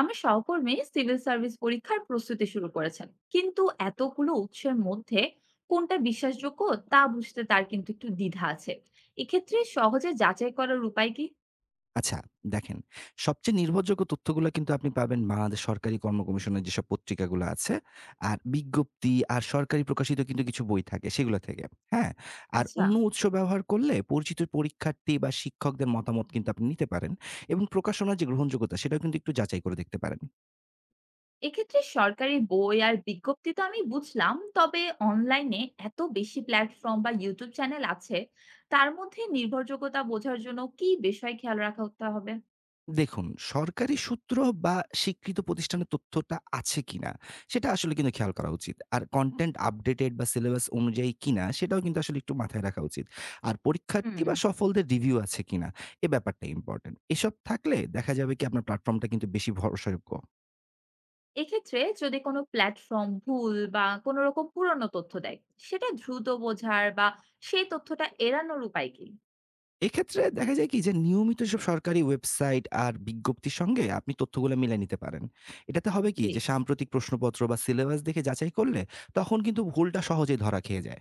আমার সহকর্মী civil service পরীক্ষার প্রস্তুতি শুরু করেছেন, কিন্তু এতগুলো উৎসের মধ্যে কোনটা বিশ্বাসযোগ্য তা বুঝতে তার কিন্তু একটু দ্বিধা আছে। এক্ষেত্রে সহজে যাচাই করার উপায় কি? আচ্ছা, দেখেন, সবচেয়ে নির্ভরযোগ্য তথ্যগুলা কিন্তু আপনি পাবেন বাংলাদেশ সরকারি কর্ম কমিশনের যেসব পত্রিকাগুলো আছে, আর বিজ্ঞপ্তি আর সরকারি প্রকাশিত কিন্তু কিছু বই থাকে সেগুলা থেকে। হ্যাঁ? আর আচ্ছা। অন্য উৎস ব্যবহার করলে পরিচিত পরীক্ষার্থী বা শিক্ষকদের মতামত কিন্তু আপনি নিতে পারেন এবং প্রকাশনার যে গ্রহণযোগ্যতা সেটাও কিন্তু একটু যাচাই করে দেখতে পারেন। এক্ষেত্রে সরকারি বই আর বিজ্ঞপ্তি তো আমি বুঝলাম, তবে অনলাইনে এত বেশি প্ল্যাটফর্ম বা ইউটিউব চ্যানেল আছে, তার মধ্যে নির্ভরযোগ্যতা বোঝার জন্য কি বিষয় খেয়াল রাখা হতে হবে? দেখুন, সরকারি সূত্র বা স্বীকৃত প্রতিষ্ঠানের তথ্যটা আছে কিনা, সেটা আসলে কিন্তু খেয়াল করা উচিত। আর কনটেন্ট আপডেটেড বা সিলেবাস অনুযায়ী কিনা, সেটাও কিন্তু আসলে একটু মাথায় রাখা উচিত। আর পরীক্ষার্থী বা হুম। সফলদের রিভিউ আছে কিনা, এ ব্যাপারটা ইম্পোর্টেন্ট। এসব থাকলে দেখা যাবে কি আপনার প্ল্যাটফর্মটা কিন্তু বেশি ভরসাযোগ্য। এক্ষেত্রে যদি কোনো প্ল্যাটফর্ম ভুল বা কোনো রকম পুরনো তথ্য দেয়, সেটা দ্রুত বোঝার বা সেই তথ্যটা এড়ানোর উপায় কি? এক্ষেত্রে দেখা যায় কি যে নিয়মিত এসব সরকারি ওয়েবসাইট আর বিজ্ঞপ্তির সঙ্গে আপনি তথ্যগুলা মিলায় নিতে পারেন। এটাতে হবে কি জি। যে সাম্প্রতিক প্রশ্নপত্র বা সিলেবাস দেখে যাচাই করলে তখন কিন্তু ভুলটা সহজেই ধরা খেয়ে যায়।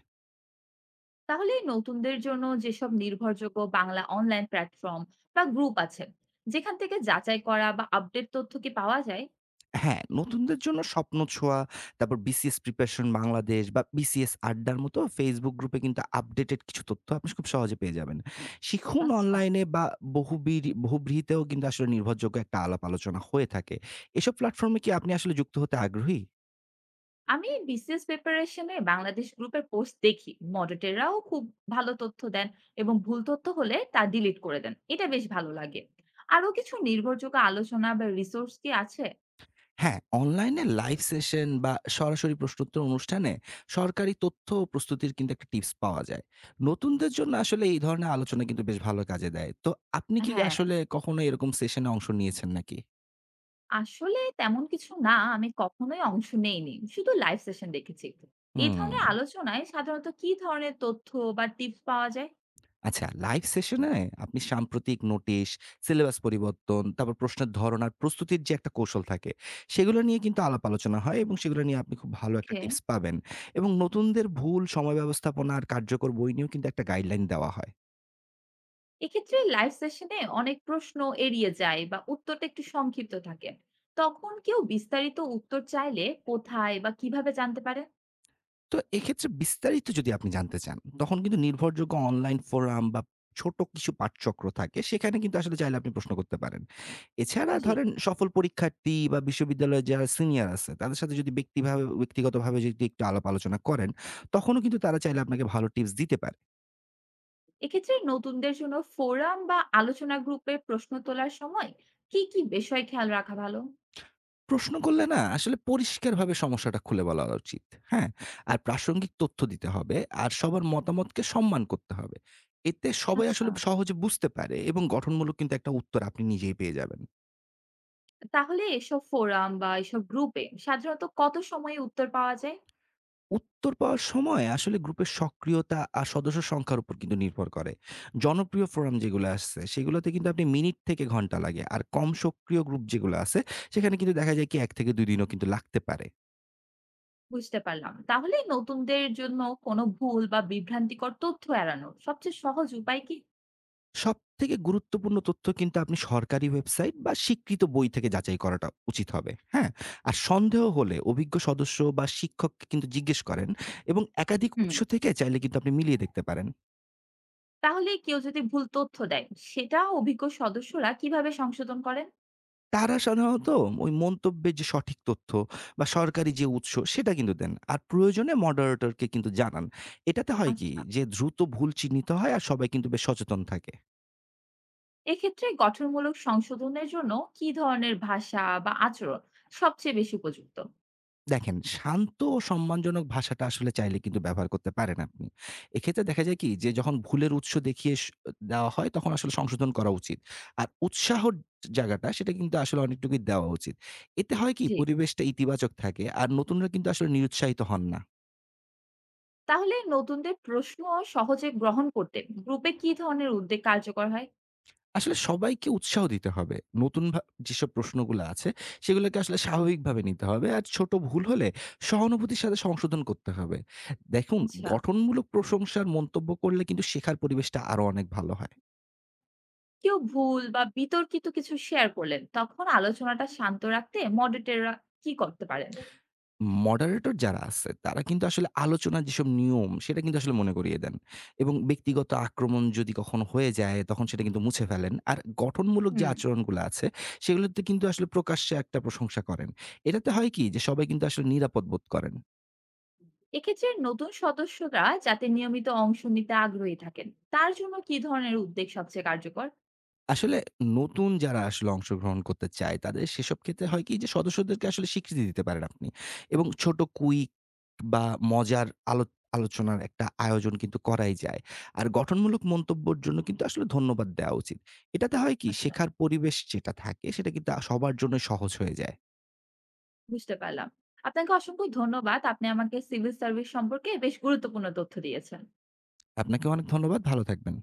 তাহলে এই নতুনদের জন্য যেসব নির্ভরযোগ্য বাংলা অনলাইন প্ল্যাটফর্ম বা গ্রুপ আছে, যেখান থেকে যাচাই করা বা আপডেট তথ্য কি পাওয়া যায়? হ্যাঁ, নতুনদের জন্য স্বপ্ন ছোঁয়া, তারপর বিসিএস প্রিপারেশন বাংলাদেশ বা বিসিএস আড্ডার মতো Facebook গ্রুপে কিন্তু আপডেটেড কিছু তথ্য আপনি খুব সহজে পেয়ে যাবেন। শিখুন আচ্ছা। অনলাইনে বা বহুব্রীহিতেও কিন্তু আসলে নির্ভরযোগ্য একটা আলাপ আলোচনা হয়ে থাকে। এসব প্ল্যাটফর্ম এ কি আপনি আসলে যুক্ত হতে আগ্রহী? আমি বিসিএস প্রিপারেশনে বাংলাদেশ গ্রুপের পোস্ট দেখি, মডারেটররাও খুব ভালো তথ্য দেন এবং ভুল তথ্য হলে তা ডিলিট করে দেন, এটা বেশ ভালো লাগে। আরো কিছু নির্ভরযোগ্য আলোচনা বা রিসোর্স কি আছে? হ্যাঁ, অনলাইনে লাইভ সেশন বা সরাসরি প্রশ্নোত্তর অনুষ্ঠানে সরকারি তথ্য ও প্রস্তুতির কিন্তু একটা টিপস পাওয়া যায়। নতুনদের জন্য আসলে এই ধরনের আলোচনা কিন্তু বেশ ভালো কাজে দেয়। তো আপনি কি হ্যাঁ, আসলে কখনো এরকম সেশনে অংশ নিয়েছেন নাকি? আসলে তেমন কিছু না। আমি কখনোই অংশ নেইনি। শুধু লাইভ সেশন দেখেছি। এই হুম। ধরনের আলোচনায় সাধারণত কি ধরনের তথ্য বা টিপস পাওয়া যায়? আচ্ছা, লাইভ সেশনে আপনি সাম্প্রতিক নোটিশ, সিলেবাস পরিবর্তন, তারপর প্রশ্নের ধরন আর প্রস্তুতির যে একটা কৌশল থাকে, সেগুলো নিয়ে কিন্তু আলাপ আলোচনা হয় এবং সেগুলো নিয়ে আপনি খুব ভালো একটা ওকে। টিপস পাবেন। এবং নতুনদের ভুল, সময় ব্যবস্থাপনা আর কার্যকর বই নিয়েও কিন্তু একটা গাইডলাইন দেওয়া হয়। এক্ষেত্রে লাইভ সেশনে অনেক প্রশ্ন এড়িয়ে যায় বা উত্তরটা একটু সংক্ষিপ্ত থাকে। তখন কেউ বিস্তারিত উত্তর চাইলে কোথায় বা কিভাবে জানতে পারে? তো এক্ষেত্রে বিস্তারিত যদি আপনি জানতে চান, তখন কিন্তু নির্ভরযোগ্য অনলাইন ফোরাম বা ছোট কিছু পাঠচক্র থাকে। সেখানে কিন্তু আসলে চাইলে আপনি প্রশ্ন করতে পারেন। এছাড়া জি। ধরেন সফল পরীক্ষার্থী বা বিশ্ববিদ্যালয়ের যারা সিনিয়র আছে, তাদের সাথে যদি ব্যক্তিগতভাবে যদি একটু আলাপ আলোচনা করেন, তখনও কিন্তু তারা চাইলে আপনাকে ভালো টিপস দিতে পারে। এক্ষেত্রে নতুনদের জন্য ফোরাম বা আলোচনা গ্রুপে প্রশ্ন তোলার সময় কি, কি বিষয় খেয়াল রাখা ভালো? প্রশ্ন করলে না আসলে পরিষ্কারভাবে সমস্যাটা খুলে বলা উচিত। হ্যাঁ? আর প্রাসঙ্গিক তথ্য দিতে হবে। আর সবার মতামতকে সম্মান করতে হবে। এতে সবাই আচ্ছা। আসলে সহজে বুঝতে পারে এবং গঠনমূলক কিন্তু একটা উত্তর আপনি নিজেই পেয়ে যাবেন। তাহলে এসব ফোরাম বা এসব গ্রুপে সাধারণত কত সময়ে উত্তর পাওয়া যায়? উত্তর পাওয়ার সময় আসলে গ্রুপের সক্রিয়তা আর সদস্য সংখ্যার উপর কিন্তু নির্ভর করে। জনপ্রিয় ফোরাম যেগুলো আসছে সেগুলোতে কিন্তু আপনি মিনিট থেকে ঘন্টা লাগে। আর কম সক্রিয় গ্রুপ যেগুলো আছে সেখানে কিন্তু দেখা যায় কি ১ থেকে ২ দিনও কিন্তু লাগতে পারে। বুঝতে পারলাম। তাহলে নতুনদের জন্য কোনো ভুল বা বিভ্রান্তিকর তথ্য এড়ানোর সবচেয়ে সহজ উপায় কি? সবথেকে গুরুত্বপূর্ণ তথ্য কিন্তু আপনি সরকারি ওয়েবসাইট বা স্বীকৃত বই থেকে যাচাই করাটা উচিত হবে। হ্যাঁ? আর সন্দেহ হলে অভিজ্ঞ সদস্য বা শিক্ষককে কিন্তু জিজ্ঞেস করেন এবং একাধিক হুম। উৎস থেকে চাইলে কিন্তু আপনি মিলিয়ে দেখতে পারেন। তাহলে কেউ যদি ভুল তথ্য দেয়, সেটা অভিজ্ঞ সদস্যরা কিভাবে সংশোধন করেন? তারা সাধারণত ওই মন্তব্যের যে সঠিক তথ্য বা সরকারি যে উৎস সেটা কিন্তু দেন। আর প্রয়োজনে মডারেটরকে কিন্তু জানান। এটাতে হয় কি আচ্ছা। যে দ্রুত ভুল চিহ্নিত হয় আর সবাই কিন্তু বেশ সচেতন থাকে। এক্ষেত্রে গঠনমূলক সংশোধনের জন্য কি ধরনের ভাষা বা আচরণ সবচেয়ে বেশি উপযুক্ত? দেখেন, শান্ত ও সম্মানজনক ভাষাটা আসলে চাইলে কিন্তু ব্যবহার করতে পারেন আপনি। এক্ষেত্রে দেখা যায় কি যে যখন ভুলের উৎস দেখিয়ে দেওয়া হয় তখন আসলে সংশোধন করা উচিত। আর উৎসাহর জায়গাটা সেটা কিন্তু আসলে অনেকটুকুই দেওয়া উচিত। এতে হয় কি জি। পরিবেশটা ইতিবাচক থাকে আর নতুনরা কিন্তু আসলে নিরুৎসাহিত হন না। তাহলে নতুনদের প্রশ্ন সহজে গ্রহণ করতে গ্রুপে কি ধরনের উদ্যোগ কার্যকর হয়? আসলে সবাইকে উৎসাহ দিতে হবে। নতুন ভা যেসব প্রশ্নগুলা আছে সেগুলোকে আসলে স্বাভাবিকভাবে নিতে হবে। আর ছোট ভুল হলে সহানুভূতির সাথে সংশোধন করতে হবে। দেখুন, আচ্ছা। গঠনমূলক প্রশংসার মন্তব্য করলে কিন্তু শেখার পরিবেশটা আরো অনেক ভালো হয়। কেউ ভুল বা বিতর্কিত কিছু শেয়ার করলেন, তখন আলোচনাটা শান্ত রাখতে মডারেটররা কি করতে পারেন? মডারেটর যারা আছে তারা কিন্তু আসলে আলোচনার যেসব নিয়ম সেটা কিন্তু আসলে মনে করিয়ে দেন। এবং ব্যক্তিগত আক্রমণ যদি কখনো হয়ে যায় তখন সেটা কিন্তু মুছে ফেলেন। আর গঠনমূলক যে হুম। আচরণগুলো আছে সেগুলোতে কিন্তু আসলে প্রকাশ্যে একটা প্রশংসা করেন। এটাতে হয় কি যে সবাই কিন্তু আসলে নিরাপদ বোধ করেন। এক্ষেত্রে নতুন সদস্যরা যাতে নিয়মিত অংশ নিতে আগ্রহী থাকেন, তার জন্য কি ধরনের উদ্যোগ সবচেয়ে কার্যকর? আসলে নতুন যারা আসলে অংশগ্রহণ করতে চায়, তাদের সেসব ক্ষেত্রে হয় কি যে সদস্যদেরকে আসলে স্বীকৃতি দিতে পারেন আপনি। এবং ছোট কুইক বা মজার আলো আলোচনার একটা আয়োজন কিন্তু করাই যায়। আর গঠনমূলক মন্তব্যর জন্য কিন্তু আসলে ধন্যবাদ দেওয়া উচিত। এটাতে হয় কি আচ্ছা, শেখার পরিবেশ যেটা থাকে সেটা কিন্তু সবার জন্য সহজ হয়ে যায়। বুঝতে পারলাম। আপনাকে অসংখ্য ধন্যবাদ। আপনি আমাকে সিভিল সার্ভিস সম্পর্কে বেশ গুরুত্বপূর্ণ তথ্য দিয়েছেন। আপনাকে অনেক ধন্যবাদ। ভালো থাকবেন।